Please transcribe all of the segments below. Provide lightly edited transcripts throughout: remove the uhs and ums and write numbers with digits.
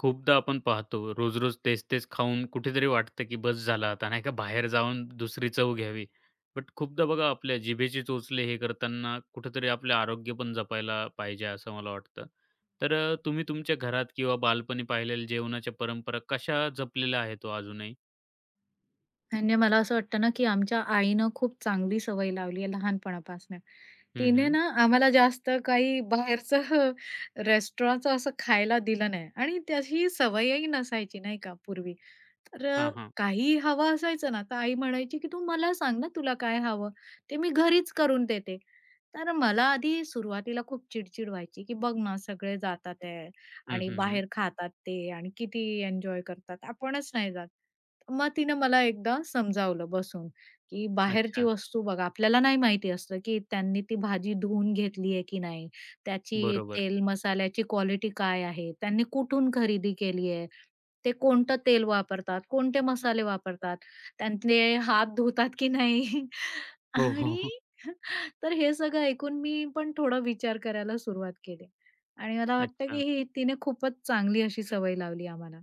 खूपदा आपण पाहतो रोज-रोज तेच-तेच खाऊन कुठेतरी वाटतं, की बस झालं आता नाही का बाहेर जाऊन दुसरी चव घ्यावी. बट खूपदा बघा आपल्या जिभेचे चोचले हे करताना कुठेतरी आपले आरोग्य पण जपायला पाहिजे असं मला वाटतं. तुम्ही तुमच्या घरात किंवा बालपणी पाहिलेल्या जेवणाच्या परंपरा कशा जपलेल्या आहेत हो अजूनही? म्हणजे मला असं वाटतं ना, की आमच्या आईनं खूप चांगली सवय लावली आहे लहानपणापासनं. हं, तिने हं. ना आम्हाला जास्त काही बाहेरचं रेस्टॉरंटचं असं खायला दिलं नाही आणि त्याची सवयही नसायची नाही का पूर्वी. तर हां, हां. काही हवं असायचं ना, तर आई म्हणायची, की "तू मला सांग ना तुला काय हवं? ते मी घरीच करून देते." तर मला आधी सुरुवातीला खूप चिड-चिड व्हायची, की "बघ ना सगळे जातात आहे हं, आणि हं, हं. बाहेर खातात ते आणि किती एन्जॉय करतात. आपणच नाही जात." मग तिने मला एकदा समजावलं बसून, की बाहेरची अच्छा. वस्तू बघा आपल्याला नाही माहिती असतं, की त्यांनी ती भाजी धुवून घेतली आहे की नाही? त्याची बरोबर. तेल मसाल्याची क्वालिटी काय आहे? त्यांनी कुठून खरेदी केली आहे? ते कोणतं तेल वापरतात? कोणते मसाले वापरतात? त्यांचे हात धुतात की नाही? हो, हो, आणि हो. तर हे सगळं ऐकून मी पण थोडा विचार करायला सुरुवात केली आणि मला वाटतं, अच्छा. की ही तिने खूपच चांगली अशी सवय लावली आम्हाला.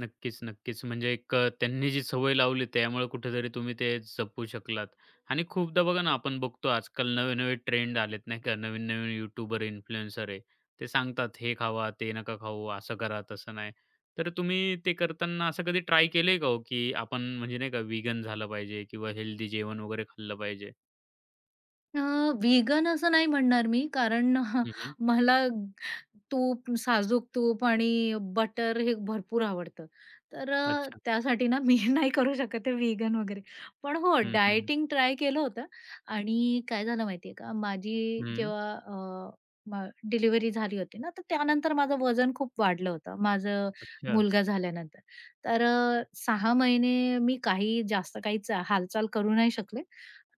नक्कीच, नक्कीच. त्यांनी जी सवय लावली त्यामुळे कुठेतरी तुम्ही ते जपू शकलात. आणि खूपदा बघा ना, आपण बघतो आजकाल नवे-नवे ट्रेंड आलेत नाही का. नवीन-नवीन यूट्यूबर, इन्फ्लुएन्सर आहे. ते सांगतात हे खावा, ते नका खाऊ, असं करा, तसं नाही. तर तुम्ही ते करताना असं कधी ट्राय केलंय का हो, की आपण म्हणजे नाही का व्हीगन झालं पाहिजे किंवा हेल्दी जेवण वगैरे खाल्लं पाहिजे? अ, व्हीगन असं नाही म्हणणार मी, कारण हं, मला तूप, साजूक तूप आणि बटर हे भरपूर आवडतं. तर अच्छा. त्यासाठी ना मी नाही करू शकत ते व्हीगन वगैरे. पण हो, हं, हं, हं. डायटिंग ट्राय केलं होतं आणि काय झालं माहितीये का, माझी जेव्हा अ, म डिलिव्हरी झाली होती ना, तर त्यानंतर माझं वजन खूप वाढलं होतं, माझं अच्छा. मुलगा झाल्यानंतर. तर 6 महिने मी जास्त काही हालचाल करू नाही शकले.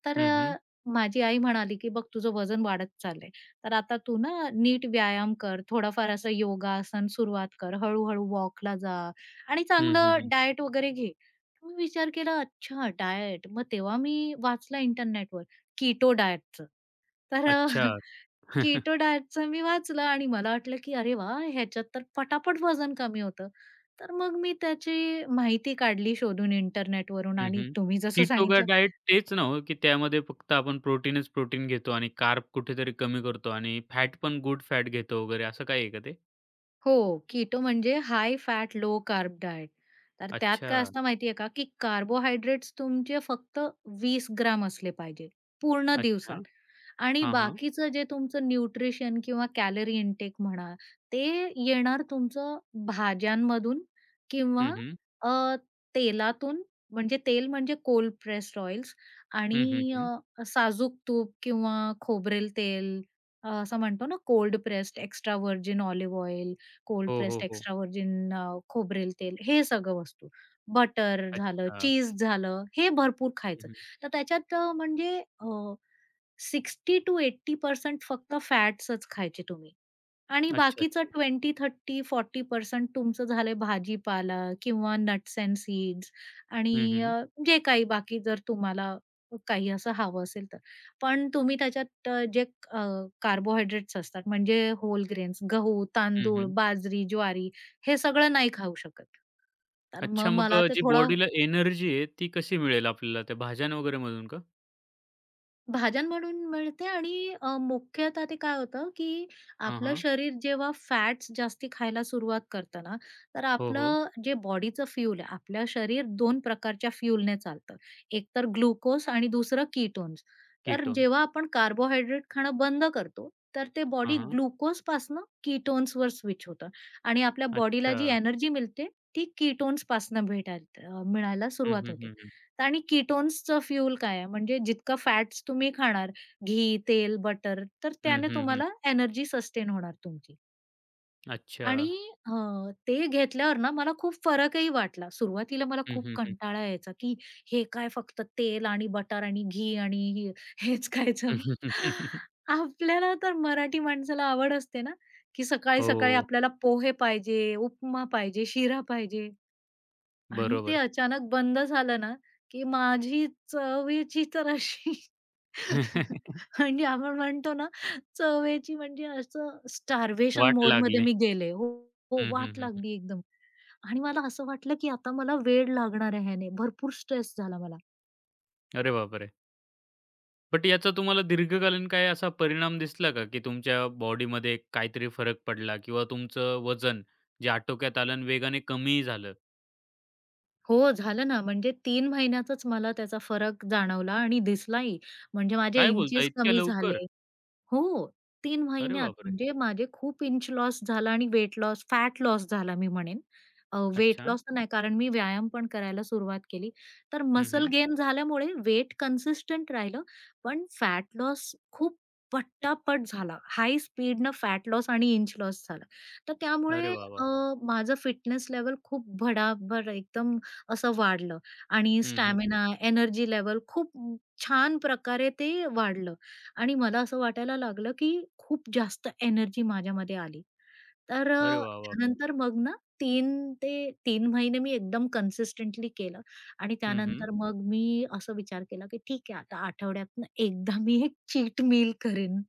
तर हं, हं. माझी आई म्हणाली, की "बघ तुझं वजन वाढत चाललंय. तर आता तू ना नीट व्यायाम कर, थोडाफार असं योगासन सुरुवात कर, हळू-हळू वॉकला जा आणि हं, हं, चांगलं हं. डाएट वगैरे घे." मी विचार केला, "अच्छा डाएट." मग तेव्हा मी वाचला इंटरनेटवर कीटो डाएटचं. तर अच्छा. डाएटचं मी वाचलं आणि मला वाटलं, की "अरे वाह! ह्याच्यात तर पटापट वजन कमी होतं." तर मग मी त्याची माहिती काढली शोधून इंटरनेटवरून हं, आणि हं. तुम्ही जसं कीटो का सांगितलं डाएट तेच ना हो, की त्यामध्ये फक्त आपण प्रोटीनच प्रोटीन घेतो आणि कार्ब कुठेतरी कमी करतो आणि फॅट पण गुड फॅट घेतो वगैरे असं काही आहे का ते? हो, कीटो म्हणजे high fat, low carb diet. तर त्यात अच्छा, काय असतं माहिती का, की कार्बोहायड्रेट्स तुमचे फक्त 20 ग्राम असले पाहिजे पूर्ण अच्छा. दिवसात आणि हां, हां. बाकीचं जे तुमचं न्यूट्रिशन किंवा कॅलरी इनटेक म्हणा, ते येणार तुमचं भाज्यांमधून किंवा हं, हं. अ, तेलातून, म्हणजे तेल म्हणजे कोल्ड प्रेस्ड ऑइल्स हं, हं, आणि हं. साजूक तूप किंवा खोबरेल तेल, असं म्हणतो ना cold pressed, extra virgin olive oil, cold हो, हो, प्रेस्ड हो. एक्स्ट्रा व्हर्जिन खोबरेल तेल हे सगळं वस्तू. बटर झालं, अच्छा. चीज झालं, हे भरपूर हं, खायचं. हं. तर त्याच्यात म्हणजे 60 टू 80% फक्त फॅट्सच खायचे तुम्ही. आणि अच्छा, बाकीचं अच्छा. 20-30-40% तुमचं झालंय भाजीपाला किंवा नट्स एंड सीड्स हं, आणि हं. जे काही बाकी जर तुम्हाला काही असं हवं असेल तर. पण तुम्ही त्याच्यात जे अ, कार्बोहायड्रेट्स असतात म्हणजे होल ग्रेन्स, गहू, हं, तांदूळ, हं. बाजरी, ज्वारी हे सगळं नाही खाऊ शकत. तर मग अच्छा मग मला अ, ते जी थोडं बॉडीला एनर्जी आहे ती कशी मिळेल आपल्याला त्या भाज्या वगैरे मधून का? भाजन म्हणून मिळते आणि मुख्यतः ते काय होतं, की हां, आपलं हां. शरीर जेव्हा फॅट्स जास्ती खायला सुरुवात करतं ना, तर हो, हो. आपलं जे बॉडीचं फ्यूल आहे, आपलं शरीर 2 प्रकारच्या फ्यूलने चालतं. एक तर ग्लुकोज आणि दुसरं कीटोन्स. तर कीटोन. जेव्हा आपण कार्बोहायड्रेट खाणं बंद करतो, तर ते हां, बॉडी हां. ग्लुकोजपासनं कीटोन्सवर स्विच होतं आणि आपल्या बॉडीला अच्छा. जी एनर्जी मिळते, ती कीटोन्सपासनं मिळायला हं, सुरुवात हं, होते. हं, हं. आणि कीटोन्सचं फ्यूल काय आहे? म्हणजे जितकं फॅट्स तुम्ही खाणार, घी, तेल, बटर, तर हं, त्याने हं, हं. तुम्हाला एनर्जी सस्टेन होणार तुमची. आणि अच्छा. अ, ते घेतल्यावर ना मला खूप फरकही वाटला. सुरुवातीला मला हं, खूप हं, हं. कंटाळा यायचा, की हे काय फक्त तेल आणि बटर आणि घी आणि हेच खायचं. आपल्याला तर मराठी माणसाला आवड असते ना, की सकाळी-सकाळी हो, आपल्याला पोहे पाहिजे, उपमा पाहिजे, शिरा पाहिजे. आणि ते बरोबर. अचानक बंद झालं ना, की माझी चवेची तर अशी म्हणजे आपण म्हणतो ना, चवेची म्हणजे असं स्टार्वेशन वाट मोडमध्ये लागली. मी गेले. हो, हो, हं, हं, वाट हं, हं. लागली एकदम. आणि मला असं वाटलं, की आता मला वेड लागणार आहे ह्याने. भरपूर स्ट्रेस झाला मला. अरे बापरे! बट याचा तुम्हाला दीर्घकालीन काही असा परिणाम दिसला का, की तुमच्या बॉडीमध्ये काहीतरी फरक पडला किंवा तुमचं वजन जे आटोक्यात आलं आणि वेगाने कमीही झालं? हो, झालं ना. म्हणजे 3 महिन्यातच मला त्याचा फरक जाणवला आणि दिसलाही. म्हणजे माझे काय बोलता इंचेस इतक्या कमी लवकर? झाले. हो. 3 अरे महिन्यात बापरे! म्हणजे माझे खूप इंच लॉस झाला आणि वेट लॉस, फॅट लॉस झाला मी म्हणेन. वेट अच्छा. लॉस तर नाही कारण मी व्यायाम पण करायला सुरुवात केली. तर हं, मसल हं. गेन झाल्यामुळे वेट कन्सिस्टंट राहिलं, पण फॅट लॉस खूप पटापट झाला. हाय स्पीडनं फॅट लॉस आणि इंच लॉस झाला. तर अरे त्यामुळे वाह, वाह! माझं फिटनेस लेव्हल खूप भडाभड एकदम असं वाढलं आणि हं, हं. स्टॅमिना, एनर्जी लेव्हल खूप छान प्रकारे ते वाढलं. आणि मला असं वाटायला लागलं, की खूप जास्त एनर्जी माझ्यामध्ये आली. तर अरे वाह, वाह! त्यानंतर मग ना 3 ते 3 महिने मी एकदम कन्सिस्टंटली केलं आणि हं, हं. त्यानंतर मग मी असं विचार केला, की ठीक आहे आता आठवड्यातनं एकदा मी एक चीट मील करेन.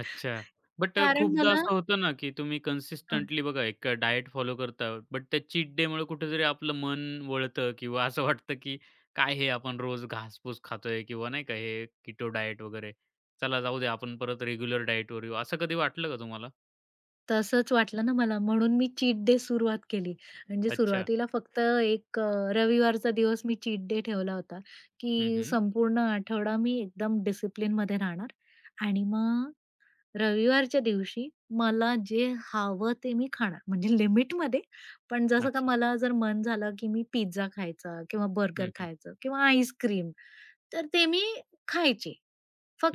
अच्छा. बट कारण खूपदा मला असं होतं ना, की तुम्ही कन्सिस्टंटली बघा फॉलो करता. बट त्या चीट डेमुळे कुठेतरी आपलं मन वळतं किंवा असं वाटतं, की काय हे आपण रोज घासपूस खातोय किंवा नाही का हे किटो डायट वगैरे. चला जाऊ दे आपण परत रेग्युलर डायटवर येऊ. असं कधी वाटलं का तुम्हाला? तसंच वाटलं ना मला, म्हणून मी चीट डे सुरुवात केली. म्हणजे अच्छा. सुरुवातीला फक्त एक रविवारचा दिवस मी चीट डे ठेवला होता, हं, की हं. संपूर्ण आठवडा मी एकदम डिसिप्लिनमध्ये राहणार आणि मग रविवारच्या दिवशी मला जे हवं ते मी खाणार. म्हणजे लिमिटमध्ये, पण जसं का अच्छा. मला जर मन झालं, की मी पिझ्झा खायचा किंवा बर्गर हं, हं. खायचं किंवा आईस्क्रीम, तर ते मी खायचे,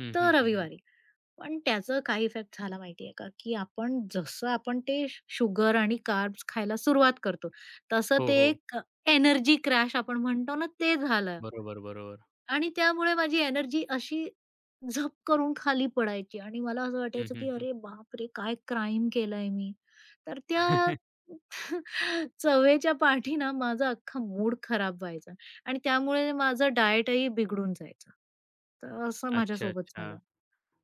हं, हं, हं, हं. रविवारी. पण त्याचा काय इफेक्ट झाला माहितीये का, की जसं आपण ते शुगर आणि कार्ब्स खायला सुरुवात करतो, तसं हो, ते हो. एक एनर्जी क्रॅश आपण म्हणतो ना, ते झालं बरोबर, बरोबर. आणि त्यामुळे माझी एनर्जी अशी झप करून खाली पडायची आणि मला असं हं, वाटायचं, हं, की हं. "अरे बापरे! काय क्राईम केलंय मी." तर त्या चवेच्या पाठी ना माझा अख्खा मूड खराब व्हायचा आणि त्यामुळे माझं डाएटही बिघडून जायचं. तर असं अच्छा, माझ्यासोबत अच्छा. झालं.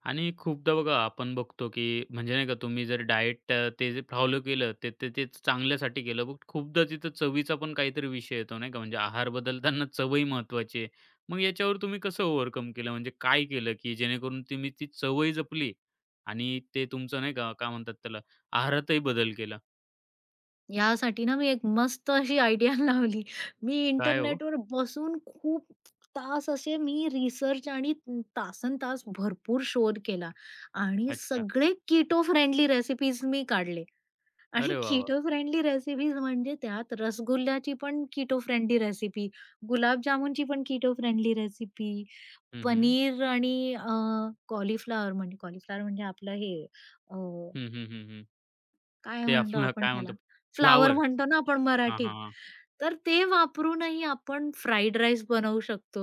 आणि खूपदा बघा आपण बघतो, की म्हणजे नाही का तुम्ही जर डाएट ते जे फॉलो केलं ते ते ते चांगल्यासाठी केलं. बट खूपदा तिथं चवीचा पण काहीतरी विषय येतो नाही का, म्हणजे आहार बदलताना चवही महत्त्वाची आहे. मग याच्यावर तुम्ही कसं ओव्हरकम केलं? म्हणजे काय केलं, की जेणेकरून तुम्ही ती चवही जपली आणि ते तुमचं नाही का, काय म्हणतात त्याला, आहारातही बदल केला? यासाठी ना मी एक मस्त अशी आयडिया लावली. मी काय हो? इंटरनेटवर बसून खूप तास असे मी रिसर्च आणि तासन तास भरपूर शोध केला आणि अच्छा. सगळे कीटो फ्रेंडली रेसिपीज मी काढले आणि अरे वाह, वाह! कीटो फ्रेंडली रेसिपीज म्हणजे त्यात रसगुल्ल्याची पण कीटो फ्रेंडली रेसिपी, गुलाबजामुनची पण कीटो फ्रेंडली रेसिपी, हं, हं. पनीर आणि कॉलीफ्लॉवर, म्हणजे कॉलीफ्लॉवर म्हणजे आपलं हे हं, हं, हं, हं. काय ते म्हणतो आपलं आपण काय त्याला? म्हणतो फ्लावर फ्लॉवर. म्हणतो ना आपण हां, मराठीत. हां, हां. तर ते वापरूनही आपण फ्राईड राईस बनवू शकतो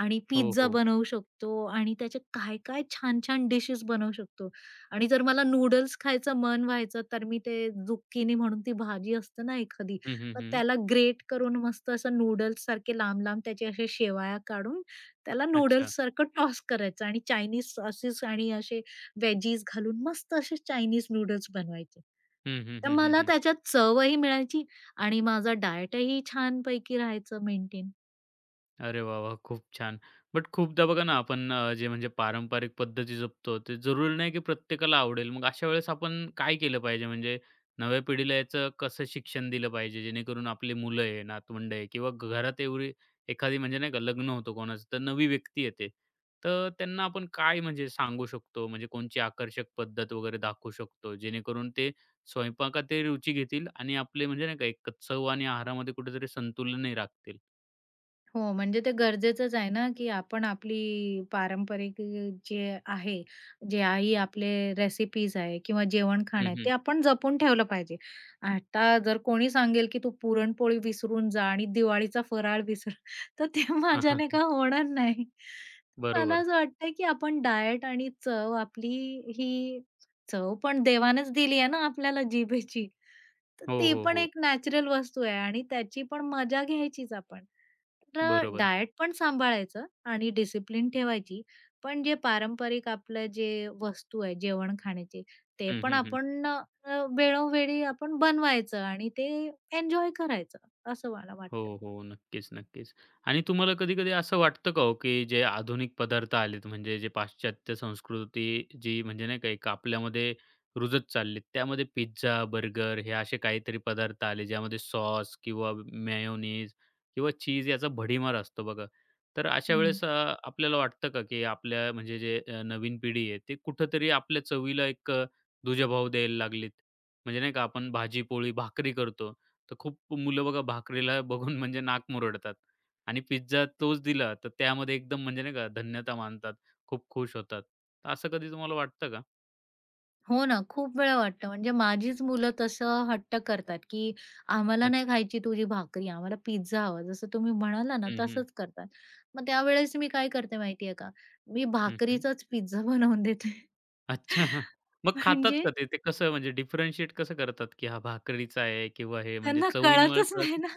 आणि हो, पिझ्झा हो. बनवू शकतो आणि त्याचे काय-काय छान-छान डिशेस बनवू शकतो. आणि जर मला नूडल्स खायचं मन व्हायचं, तर मी ते झुक्किनी म्हणून ती भाजी असते ना एखादी, हं, हं, तर हं. त्याला ग्रेट करून मस्त असं नूडल्ससारखे लांब-लांब त्याचे असे शेवाया काढून त्याला अच्छा. नूडल्ससारखं टॉस करायचं आणि चायनीज सॉसेस आणि असे वेजीज घालून मस्त असे चायनीज नूडल्स बनवायचे. हं, हं, तर हं, हं, मला हं. त्याच्यात चवही मिळायची आणि माझा डायटही छानपैकी राहायचं मेंटेन. अरे वाह, वाह! खूप छान. बट खूपदा बघा ना, आपण जे म्हणजे पारंपरिक पद्धती जपतो, ते जरुरी नाही की प्रत्येकाला आवडेल. मग अशा वेळेस आपण काय केलं पाहिजे? म्हणजे नव्या पिढीला याचं कसं शिक्षण दिलं पाहिजे, जेणेकरून आपली मुलं आहे, नातवंड आहे किंवा घरात एवढी एखादी म्हणजे नाही का, लग्न होतं कोणाचं, तर नवी व्यक्ती येते. तर त्यांना आपण काय म्हणजे सांगू शकतो? म्हणजे कोणची आकर्षक पद्धत वगैरे दाखवू शकतो, जेणेकरून ते स्वयंपाकातही रुची घेतील आणि आपले म्हणजे नाही का, एक चव आणि आहारामध्ये कुठेतरी संतुलनही राखतील? हो, म्हणजे ते गरजेचंच आहे ना, की आपण आपली पारंपरिक जे आहे, जे आई आपले रेसिपीज आहे किंवा जेवण हं, खाणं आहे, हं. ते आपण जपून ठेवलं पाहिजे. आता जर कोणी सांगेल, की "तू पुरणपोळी विसरून जा आणि दिवाळीचा फराळ विसर." तर ते माझ्याने का होणार नाही. मला बरोबर. असं वाटतं, की आपण डायट आणि चव आपली ही चव पण देवानेच दिली आहे ना आपल्याला जिभेची, तर हो, ती हो, पण हो. एक नॅचरल वस्तू आहे आणि त्याची पण मजा घ्यायचीच आपण. आपलं बरोबर. डाएट पण सांभाळायचं आणि डिसिप्लिन ठेवायची. पण जे पारंपरिक आपलं जे वस्तू आहे जेवण खाण्याचे, ते हं, पण हं, हं. आपण अ, अ, वेळोवेळी आपण बनवायचं आणि ते एन्जॉय करायचं, असं मला हो, वाटतं. हो. नक्कीच, नक्कीच. आणि तुम्हाला कधी-कधी असं वाटतं का हो, की जे आधुनिक पदार्थ आलेत, म्हणजे जे पाश्चात्य संस्कृती जी म्हणजे नाही का आपल्यामध्ये रुजत चाललीत, त्यामध्ये पिझ्झा, बर्गर हे असे काहीतरी पदार्थ आले, ज्यामध्ये सॉस किंवा मेयोनीज किंवा चीज याचा भडीमार असतो बघा. तर अशा हं. वेळेस अ, आपल्याला वाटतं का, की आपल्या म्हणजे जे नवीन पिढी आहे, ते कुठेतरी आपल्या चवीला एक दुजाभाव द्यायला लागलीत? म्हणजे नाही का आपण भाजी-पोळी, भाकरी करतो, तर खूप मुलं बघा भाकरीला बघून म्हणजे नाक मुरडतात आणि पिझ्झा तोच दिला तर त्यामध्ये एकदम म्हणजे नाही का धन्यता मानतात, खूप खुश होतात. तर असं कधी तुम्हाला वाटतं का? हो ना, खूप वेळा वाटतं म्हणजे माझीच मुलं तसं हट्ट करतात, की "आम्हाला नाही अच्छा. खायची तुझी भाकरी, आम्हाला पिझ्झा हवा." जसं तुम्ही म्हणाला ना, हं, हं. तसंच करतात. मग त्यावेळेस मी काय करते माहिती का? मी हं, हं. भाकरीचाच पिझ्झा बनवून देते. अच्छा. मग खातात म्हणजे का ते? ते कसं म्हणजे डिफरन्शिएट कसं करतात, की हा भाकरीचा आहे किंवा हे म्हणजे त्यांना चवीनुसार कळतच नाही कळतं? ना.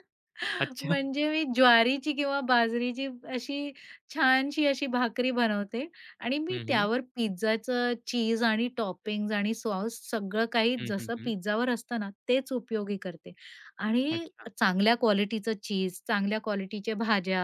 अच्छा. म्हणजे मी ज्वारीची किंवा बाजरीची अशी छानशी अशी भाकरी बनवते आणि मी हं, हं. त्यावर पिझ्झाचं चीज आणि टॉपिंग्ज आणि सॉस सगळं काही हं, हं, जसं हं. पिझ्झावर असतं ना, तेच उपयोगी करते आणि अच्छा. चांगल्या क्वालिटीचं चीज, चांगल्या क्वालिटीच्या भाज्या,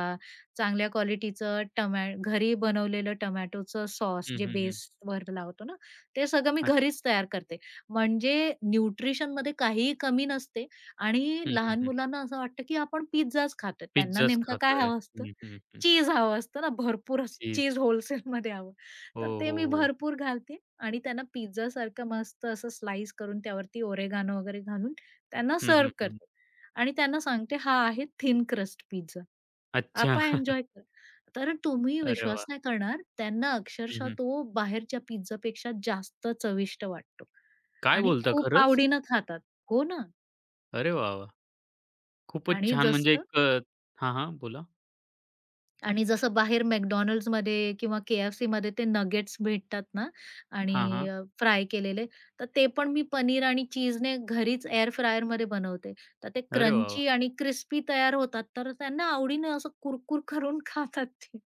चांगल्या क्वालिटीचं घरी बनवलेलं टोमॅटोचं सॉस हं, जे हं, हं. बेसवर लावतो ना, ते सगळं मी अच्छा. घरीच तयार करते. म्हणजे न्यूट्रिशनमध्ये काहीही कमी नसते आणि हं, हं, लहान हं. मुलांना असं वाटतं, की आपण पिझ्झाच खातोय. त्यांना पिझ्झाच नेमकं काय खातोय. हवं असतं? हं, हं, हं. चीज हवं असतं ना, भरपूर असं चीज. चीज होलसेलमध्ये हवं. हो, तर ते हो, मी हो. भरपूर घालते आणि त्यांना पिझ्झासारखं मस्त असं स्लाईस करून त्यावरती ओरिगानो वगैरे घालून त्यांना हं, हं, सर्व्ह हं. करते आणि त्यांना सांगते, "हा आहे थिन क्रस्ट पिझ्झा. अच्छा. आता एन्जॉय करा." तर तुम्ही अरे वाह! विश्वास नाही करणार, त्यांना अक्षरशः हं, तो बाहेरच्या पिझ्झापेक्षा जास्त चविष्ट वाटतो काय आणि बोलता खूप खरंच? आवडीनं खातात. हो ना. अरे वाह, वाह! खूपच आणि छान म्हणजे जसं एक अ, हां, हां. बोला. आणि जसं बाहेर McDonald'sमध्ये किंवा KFCमध्ये ते नगेट्स भेटतात ना हां, आणि हां. फ्राय केलेले, तर ते पण मी पनीर आणि चीजने घरीच एअर फ्रायरमध्ये बनवते. तर ते अरे वाह, वाह! क्रंची आणि क्रिस्पी तयार होतात, तर त्यांना आवडीनं असं कुरकुर करून खातात ते.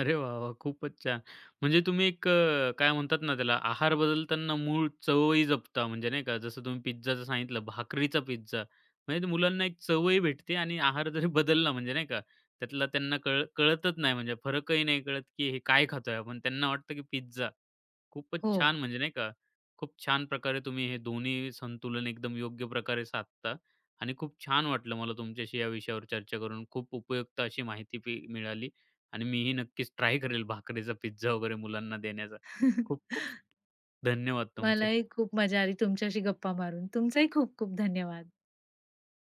अरे वाह, वाह! खूपच छान. म्हणजे तुम्ही एक, काय म्हणतात ना त्याला आहार बदलताना मूळ चवही जपता म्हणजे नाही का जसं तुम्ही पिझ्झाचं सांगितलं भाकरीचा पिझ्झा. म्हणजे ते मुलांना एक चवही भेटते आणि आहार जरी बदलला म्हणजे नाही का त्यातला त्यांना कळतच नाही म्हणजे फरकही नाही कळत, की हे काय खातोय आपण. त्यांना वाटतं की पिझ्झा. खूपच हो. छान म्हणजे नाही का, खूप छान प्रकारे तुम्ही हे दोन्ही संतुलन एकदम योग्य प्रकारे साधता आणि खूप छान वाटलं मला तुमच्याशी या विषयावर चर्चा करून. खूप उपयुक्त अशी माहिती पी मिळाली आणि मीही नक्कीच ट्राय करेल भाकरीचा पिझ्झा वगैरे मुलांना देण्याचा. खूप खूप धन्यवाद मलाही तुमचे. खूप मजा आली तुमच्याशी गप्पा मारून. तुमचंही खूप खूप धन्यवाद.